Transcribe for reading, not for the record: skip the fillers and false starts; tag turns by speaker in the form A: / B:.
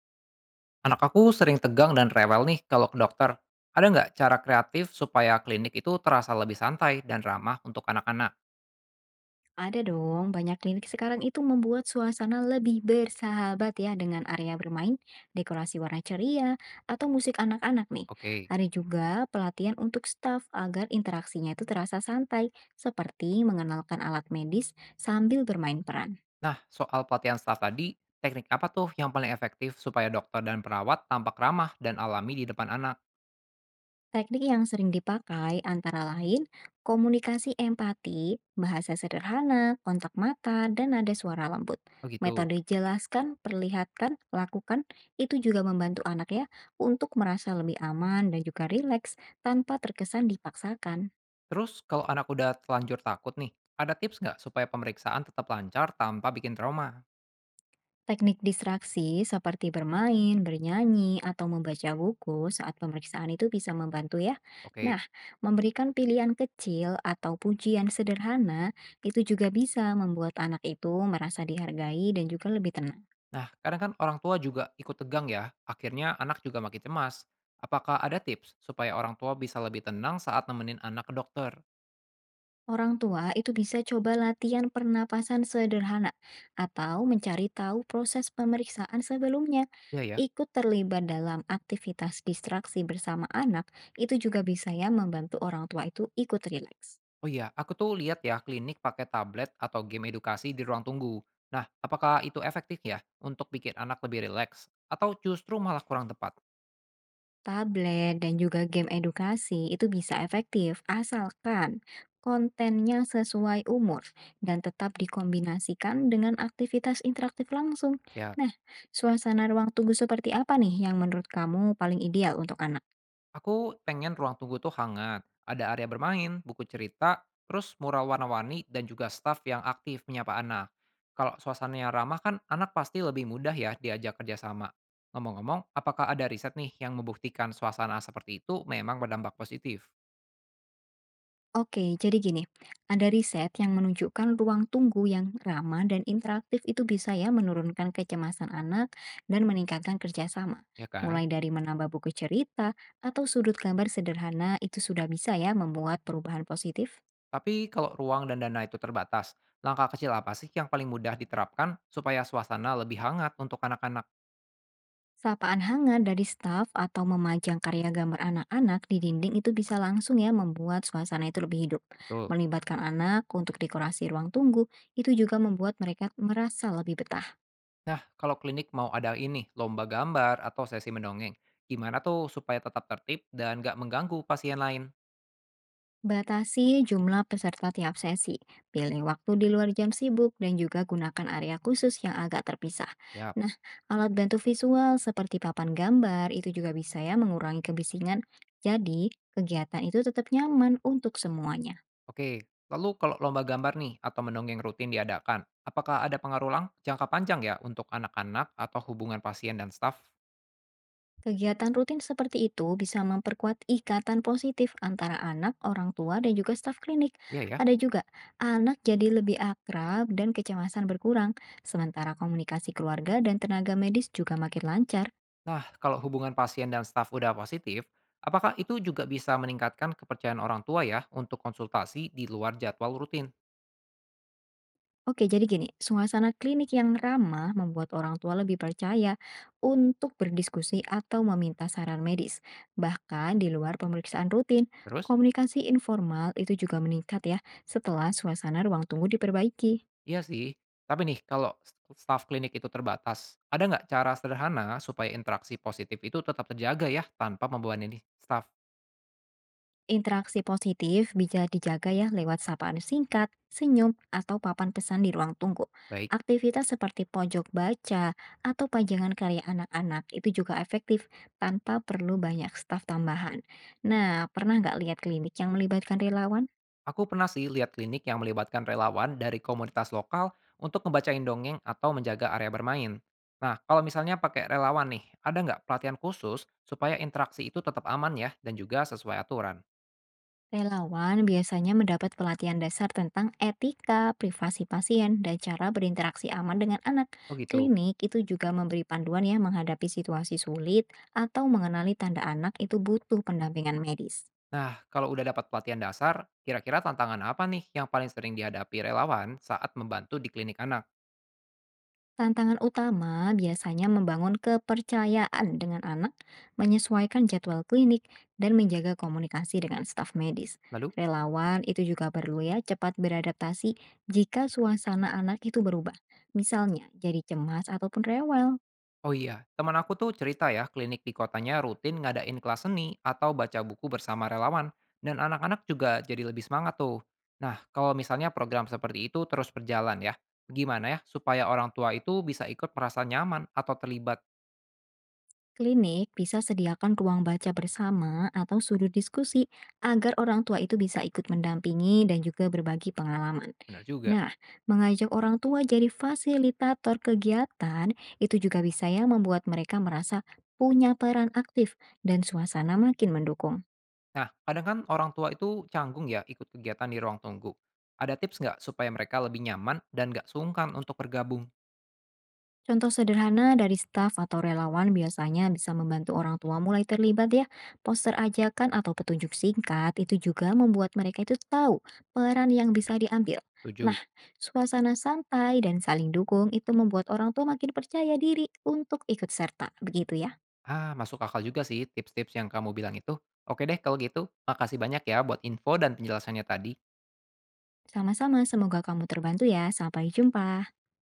A: Anak aku sering tegang dan rewel nih kalau ke dokter. Ada nggak cara kreatif supaya klinik itu terasa lebih santai dan ramah untuk anak-anak?
B: Ada dong, banyak klinik sekarang itu membuat suasana lebih bersahabat ya dengan area bermain, dekorasi warna ceria, atau musik anak-anak nih.
A: Oke.
B: Ada juga pelatihan untuk staf agar interaksinya itu terasa santai, seperti mengenalkan alat medis sambil bermain peran.
A: Nah, soal pelatihan staff tadi, teknik apa tuh yang paling efektif supaya dokter dan perawat tampak ramah dan alami di depan anak?
B: Teknik yang sering dipakai antara lain komunikasi empati, bahasa sederhana, kontak mata, dan nada suara lembut.
A: Oh gitu.
B: Metode jelaskan, perlihatkan, lakukan itu juga membantu anak ya untuk merasa lebih aman dan juga rileks tanpa terkesan dipaksakan.
A: Terus kalau anak udah telanjur takut nih, ada tips nggak supaya pemeriksaan tetap lancar tanpa bikin trauma?
B: Teknik distraksi seperti bermain, bernyanyi, atau membaca buku saat pemeriksaan itu bisa membantu ya.
A: Oke.
B: Nah, memberikan pilihan kecil atau pujian sederhana itu juga bisa membuat anak itu merasa dihargai dan juga lebih tenang.
A: Nah, kadang kan orang tua juga ikut tegang ya, akhirnya anak juga makin cemas. Apakah ada tips supaya orang tua bisa lebih tenang saat nemenin anak ke dokter?
B: Orang tua itu bisa coba latihan pernapasan sederhana atau mencari tahu proses pemeriksaan sebelumnya.
A: Iya ya.
B: Ikut terlibat dalam aktivitas distraksi bersama anak itu juga bisa ya membantu orang tua itu ikut rileks.
A: Oh iya, aku tuh lihat ya klinik pakai tablet atau game edukasi di ruang tunggu. Nah, apakah itu efektif ya untuk bikin anak lebih rileks atau justru malah kurang tepat?
B: Tablet dan juga game edukasi itu bisa efektif asalkan kontennya sesuai umur dan tetap dikombinasikan dengan aktivitas interaktif langsung.
A: Ya.
B: Nah, suasana ruang tunggu seperti apa nih yang menurut kamu paling ideal untuk anak?
A: Aku pengen ruang tunggu tuh hangat, ada area bermain, buku cerita, terus mural warna-warni dan juga staff yang aktif menyapa anak. Kalau suasananya ramah kan anak pasti lebih mudah ya diajak kerjasama. Ngomong-ngomong, apakah ada riset nih yang membuktikan suasana seperti itu memang berdampak positif?
B: Oke, jadi gini, ada riset yang menunjukkan ruang tunggu yang ramah dan interaktif itu bisa ya menurunkan kecemasan anak dan meningkatkan kerjasama.
A: Ya kan?
B: Mulai dari menambah buku cerita atau sudut gambar sederhana itu sudah bisa ya membuat perubahan positif.
A: Tapi kalau ruang dan dana itu terbatas, langkah kecil apa sih yang paling mudah diterapkan supaya suasana lebih hangat untuk anak-anak?
B: Sapaan hangat dari staf atau memajang karya gambar anak-anak di dinding itu bisa langsung ya membuat suasana itu lebih hidup.
A: Betul.
B: Melibatkan anak untuk dekorasi ruang tunggu itu juga membuat mereka merasa lebih betah.
A: Nah, kalau klinik mau ada ini, lomba gambar atau sesi mendongeng, gimana tuh supaya tetap tertib dan nggak mengganggu pasien lain?
B: Batasi jumlah peserta tiap sesi, pilih waktu di luar jam sibuk, dan juga gunakan area khusus yang agak terpisah.
A: Ya.
B: Nah, alat bantu visual seperti papan gambar itu juga bisa ya mengurangi kebisingan. Jadi, kegiatan itu tetap nyaman untuk semuanya.
A: Oke, lalu kalau lomba gambar nih atau mendongeng rutin diadakan, apakah ada pengaruh jangka panjang ya untuk anak-anak atau hubungan pasien dan staf?
B: Kegiatan rutin seperti itu bisa memperkuat ikatan positif antara anak, orang tua, dan juga staf klinik.
A: Iya ya.
B: Ada juga anak jadi lebih akrab dan kecemasan berkurang, sementara komunikasi keluarga dan tenaga medis juga makin lancar.
A: Nah, kalau hubungan pasien dan staf udah positif, apakah itu juga bisa meningkatkan kepercayaan orang tua ya untuk konsultasi di luar jadwal rutin?
B: Oke, jadi gini, suasana klinik yang ramah membuat orang tua lebih percaya untuk berdiskusi atau meminta saran medis. Bahkan di luar pemeriksaan rutin,
A: Terus?
B: komunikasi informal itu juga meningkat ya setelah suasana ruang tunggu diperbaiki.
A: Iya sih, tapi nih kalau staf klinik itu terbatas, ada nggak cara sederhana supaya interaksi positif itu tetap terjaga ya tanpa membebani staf?
B: Interaksi positif bisa dijaga ya lewat sapaan singkat, senyum, atau papan pesan di ruang tunggu.
A: Baik.
B: Aktivitas seperti pojok baca atau pajangan karya anak-anak itu juga efektif tanpa perlu banyak staf tambahan. Nah, pernah nggak lihat klinik yang melibatkan relawan?
A: Aku pernah sih lihat klinik yang melibatkan relawan dari komunitas lokal untuk ngebacain dongeng atau menjaga area bermain. Nah, kalau misalnya pakai relawan nih, ada nggak pelatihan khusus supaya interaksi itu tetap aman ya dan juga sesuai aturan?
B: Relawan biasanya mendapat pelatihan dasar tentang etika, privasi pasien, dan cara berinteraksi aman dengan anak.
A: Oh gitu.
B: Klinik itu juga memberi panduan ya menghadapi situasi sulit atau mengenali tanda anak itu butuh pendampingan medis.
A: Nah, kalau udah dapat pelatihan dasar, kira-kira tantangan apa nih yang paling sering dihadapi relawan saat membantu di klinik anak?
B: Tantangan utama biasanya membangun kepercayaan dengan anak, menyesuaikan jadwal klinik, dan menjaga komunikasi dengan staf medis.
A: Lalu?
B: Relawan itu juga perlu ya cepat beradaptasi jika suasana anak itu berubah, misalnya jadi cemas ataupun rewel.
A: Oh iya, teman aku tuh cerita ya, klinik di kotanya rutin ngadain kelas seni atau baca buku bersama relawan, dan anak-anak juga jadi lebih semangat tuh. Nah, kalau misalnya program seperti itu terus berjalan ya, gimana ya supaya orang tua itu bisa ikut merasa nyaman atau terlibat?
B: Klinik bisa sediakan ruang baca bersama atau sudut diskusi agar orang tua itu bisa ikut mendampingi dan juga berbagi pengalaman.
A: Benar juga.
B: Nah, mengajak orang tua jadi fasilitator kegiatan itu juga bisa ya membuat mereka merasa punya peran aktif dan suasana makin mendukung.
A: Nah, kadang kan orang tua itu canggung ya ikut kegiatan di ruang tunggu. Ada tips nggak supaya mereka lebih nyaman dan nggak sungkan untuk bergabung?
B: Contoh sederhana dari staf atau relawan biasanya bisa membantu orang tua mulai terlibat ya. Poster ajakan atau petunjuk singkat itu juga membuat mereka itu tahu peran yang bisa diambil.
A: Tujuh.
B: Nah, suasana santai dan saling dukung itu membuat orang tua makin percaya diri untuk ikut serta. Begitu ya.
A: Ah, masuk akal juga sih tips-tips yang kamu bilang itu. Oke deh kalau gitu, makasih banyak ya buat info dan penjelasannya tadi.
B: Sama-sama, semoga kamu terbantu ya. Sampai jumpa.